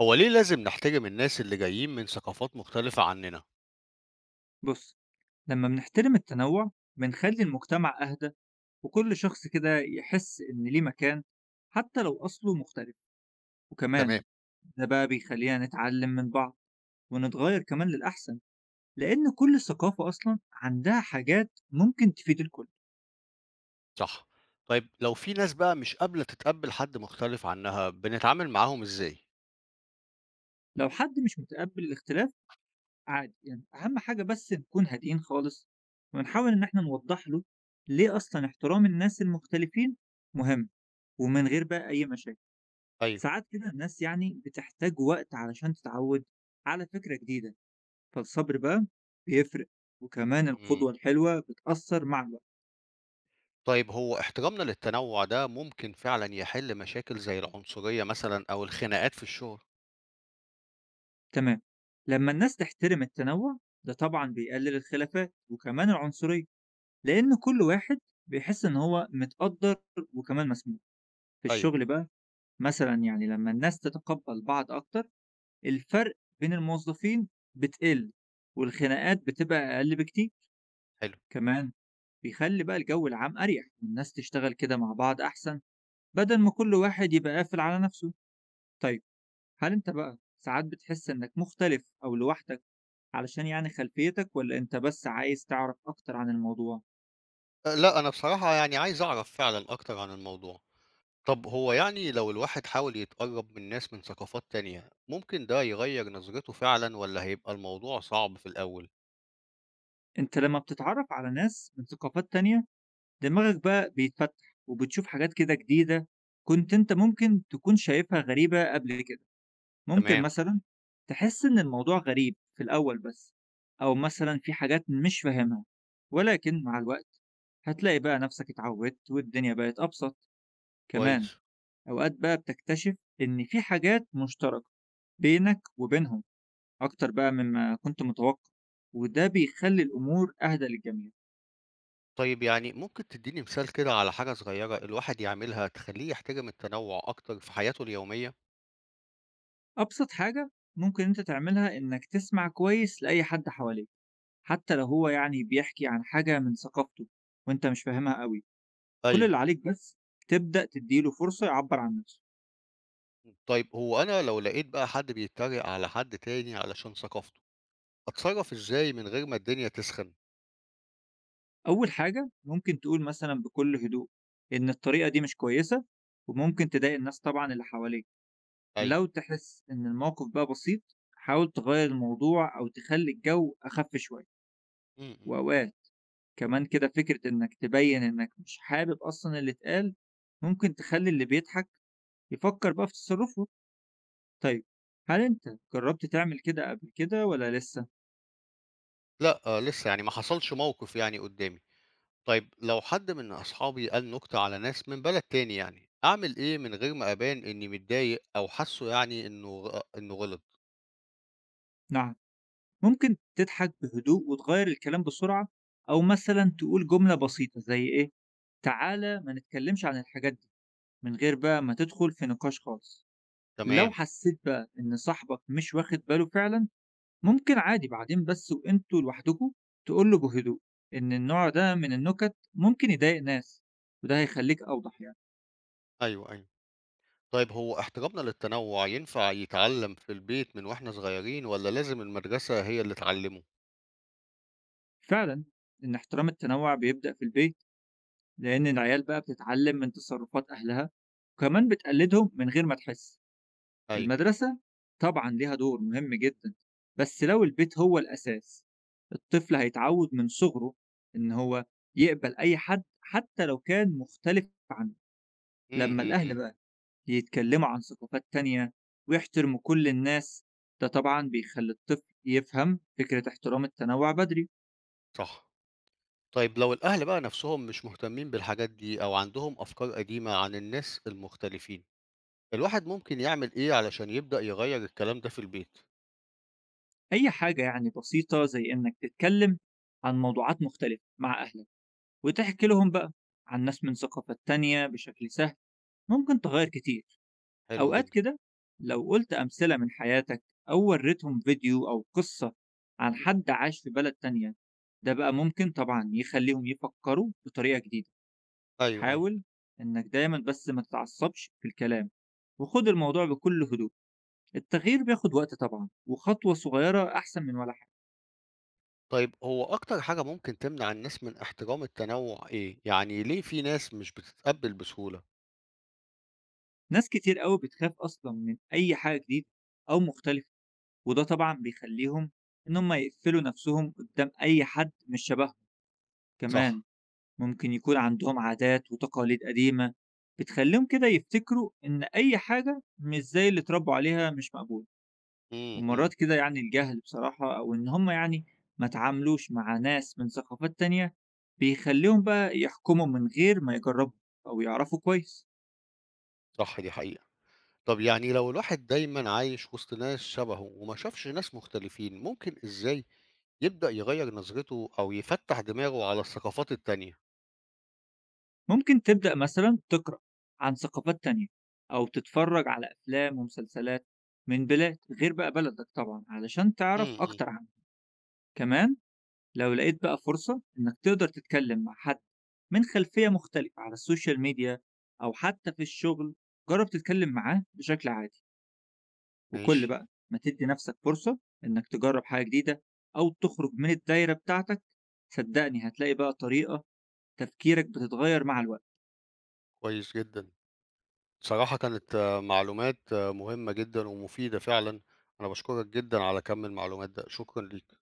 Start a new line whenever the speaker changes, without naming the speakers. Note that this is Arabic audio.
هو ليه لازم نحترم الناس اللي جايين من ثقافات مختلفة عننا؟
بص. لما بنحترم التنوع بنخلي المجتمع أهدى، وكل شخص كده يحس إن ليه مكان، حتى لو أصله مختلف. وكمان
تمام،
ده بقى بيخلينا نتعلم من بعض، ونتغير كمان للأحسن، لأن كل ثقافة أصلا عندها حاجات ممكن تفيد الكل.
صح. طيب لو في ناس بقى مش قابلة تتقبل حد مختلف عنها، بنتعامل معاهم ازاي؟
لو حد مش متقبل الاختلاف، عادي يعني، أهم حاجة بس نكون هادئين خالص، ونحاول إن احنا نوضح له ليه أصلا احترام الناس المختلفين مهم، ومن غير بقى أي مشاكل.
ايوه.
ساعات كده الناس يعني بتحتاج وقت علشان تتعود على فكرة جديدة، فالصبر بقى بيفرق، وكمان
مم.
القدوة الحلوة بتأثر مع الوقت.
طيب هو احترامنا للتنوع ده ممكن فعلا يحل مشاكل زي العنصرية مثلا أو الخناقات في الشغل؟
تمام. لما الناس تحترم التنوع، ده طبعا بيقلل الخلافات وكمان العنصرية، لأن كل واحد بيحس إن هو متقدر، وكمان مسموع. في
ايوه،
الشغل بقى، مثلا يعني لما الناس تتقبل بعض أكتر، الفرق بين الموظفين بتقل، والخناقات بتبقى أقل بكتير.
حلو.
كمان بيخلي بقى الجو العام أريح، والناس تشتغل كده مع بعض أحسن، بدل ما كل واحد يبقى قافل على نفسه. طيب، هل أنت بقى ساعات بتحس إنك مختلف أو لوحدك علشان يعني خلفيتك، ولا أنت بس عايز تعرف أكتر عن الموضوع؟
أه، لا أنا بصراحة يعني عايز أعرف فعلا أكتر عن الموضوع. طب هو يعني لو الواحد حاول يتقرب من ناس من ثقافات تانية، ممكن ده يغير نظرته فعلا ولا هيبقى الموضوع صعب في الأول؟
أنت لما بتتعرف على ناس من ثقافات تانية، دماغك بقى بيتفتح وبتشوف حاجات كده جديدة، كنت أنت ممكن تكون شايفها غريبة قبل كده. ممكن
تمام.
مثلا تحس إن الموضوع غريب في الأول بس، أو مثلا في حاجات مش فاهمها، ولكن مع الوقت هتلاقي بقى نفسك اتعودت، والدنيا بقت أبسط. كمان
كويس.
أوقات بقى بتكتشف إن في حاجات مشتركة بينك وبينهم أكتر بقى مما كنت متوقع، وده بيخلي الأمور أهدى للجميع.
طيب يعني ممكن تدّيني مثال كده على حاجة صغيّرة الواحد يعملها تخلّيه يحترم التنوُّع أكتر في حياته اليومية؟
أبسط حاجة ممكن أنت تعملها إنك تسمع كويس لأي حد حواليك، حتى لو هو بيحكي عن حاجة من ثقافته وأنت مش فاهمها قوي. كل
أيوه.
اللي عليك بس تبدأ تديله فرصة يعبر عن نفسه.
طيب هو أنا لو لقيت بقى حد بيتريق على حد تاني علشان ثقافته، أتصرّف إزاي من غير ما الدنيا تسخن؟
أول حاجة ممكن تقول مثلا بكل هدوء إن الطريقة دي مش كويسة، وممكن تضايق الناس طبعا اللي حواليك.
أيوه.
لو تحس إن الموقف بقى بسيط، حاول تغير الموضوع أو تخلي الجو أخف شوية.
إمم، إمم.
وأوقات كمان كده فكرة إنك تبين إنك مش حابب أصلا اللي اتقال، ممكن تخلي اللي بيضحك يفكر بقى في تصرفه. طيب، هل أنت جربت تعمل كده قبل كده ولا لسه؟
لأ، آه لسه يعني ما حصلش موقف يعني قُدّامي. طيب لو حد من أصحابي قال نكتة على ناس من بلد تاني يعني، أعمل إيه من غير ما أبان إنّي متضايق أو حاسّه يعني إنه غلط؟
نعم، ممكن تضحك بهدوء وتغير الكلام بسرعة، أو مثلا تقول جملة بسيطة زي إيه، تعالى ما نتكلمش عن الحاجات دي، من غير بقى ما تدخل في نقاش خالص. لو
تمام.
حسيت بقى إن صاحبك مش واخد باله فعلا، ممكن عادي بعدين بس وإنتوا لوحدكوا تقول له بهدوء إن النوع ده من النكت ممكن يضايق ناس، وده هيخليك أوضح يعني.
أيوه، أيوه. طيب هو احترامنا للتنوع ينفع يتعلم في البيت من واحنا صغيرين ولا لازم المدرسة هي اللي تعلمه؟
فعلا، إن احترام التنوع بيبدأ في البيت، لأن العيال بقى بتتعلم من تصرفات أهلها، وكمان بتقلدهم من غير ما تحس.
أيوه.
المدرسة طبعًا ليها دور مهم جدًا، بس لو البيت هو الأساس، الطفل هيتعود من صغره إن هو يقبل أي حد حتى لو كان مختلف عنه.
إمم،
لمّا
إمم،
الأهل
إمم،
بقى يتكلموا عن ثقافات تانية ويحترموا كل الناس، ده طبعًا بيخلّي الطفل يفهم فكرة احترام التنوع بدري.
صح. طيب لو الأهل بقى نفسهم مش مهتمين بالحاجات دي أو عندهم أفكار قديمة عن الناس المختلفين، الواحد ممكن يعمل إيه علشان يبدأ يغيّر الكلام ده في البيت؟
أي حاجة يعني بسيطة زي إنك تتكلم عن موضوعات مختلفة مع أهلك، وتحكي لهم بقى عن ناس من ثقافات تانية بشكل سهل، ممكن تغيّر كتير.
حلو
أوقات
جدًا.
كده لو قلت أمثلة من حياتك، أو وريتهم فيديو أو قصة عن حد عاش في بلد تانية، ده بقى ممكن طبعا يخليهم يفكروا بطريقة جديدة.
أيوه، أيوه.
حاول إنك دايما بس ما تتعصبش في الكلام، وخد الموضوع بكل هدوء. التغيير بياخد وقت طبعا، وخطوة صغيرة أحسن من ولا حاجة.
طيب هو أكتر حاجة ممكن تمنع الناس من احترام التنوع إيه؟ يعني ليه في ناس مش بتتقبل بسهولة؟
ناس كتير قوي بتخاف أصلا من أي حاجة جديدة أو مختلفة، وده طبعا بيخليهم إن هم يقفلوا نفسهم قدام أي حد مش شبههم. كمان
صح.
ممكن يكون عندهم عادات وتقاليد قديمة بتخليهم كده يفتكروا إن أي حاجة مش زي اللي اتربوا عليها مش مقبول.
إمم، إمم،
ومرات كده يعني الجهل بصراحة، أو إن هم يعني ما تعاملوش مع ناس من ثقافات تانية، بيخليهم بقى يحكموا من غير ما يجربوا أو يعرفوا كويس.
صح دي حقيقة. طب يعني لو الواحد دايما عايش وسط ناس شبهه وما شافش ناس مختلفين ممكن ازاي يبدأ يغير نظرته او يفتح دماغه على الثقافات التانية.
ممكن تبدأ مثلا تقرأ عن ثقافات تانية، أو تتفرج على أفلام ومسلسلات من بلاد غير بقى بلدك طبعا علشان تعرف
امم.
أكتر عنها. كمان لو لقيت بقى فرصة إنك تقدر تتكلم مع حد من خلفية مختلفة على السوشيال ميديا أو حتى في الشغل، جرب تتكلم معاه بشكل عادي.
ماشي.
وكل بقى ما تدي نفسك فرصة إنك تجرب حاجة جديدة أو تخرج من الدايرة بتاعتك، صدقني هتلاقي بقى طريقة تفكيرك بتتغير مع الوقت.
كويس جدا. صراحة كانت معلومات مهمة جدا ومفيدة فعلا. انا بشكرك جدا على كم المعلومات ده، شكرا ليك.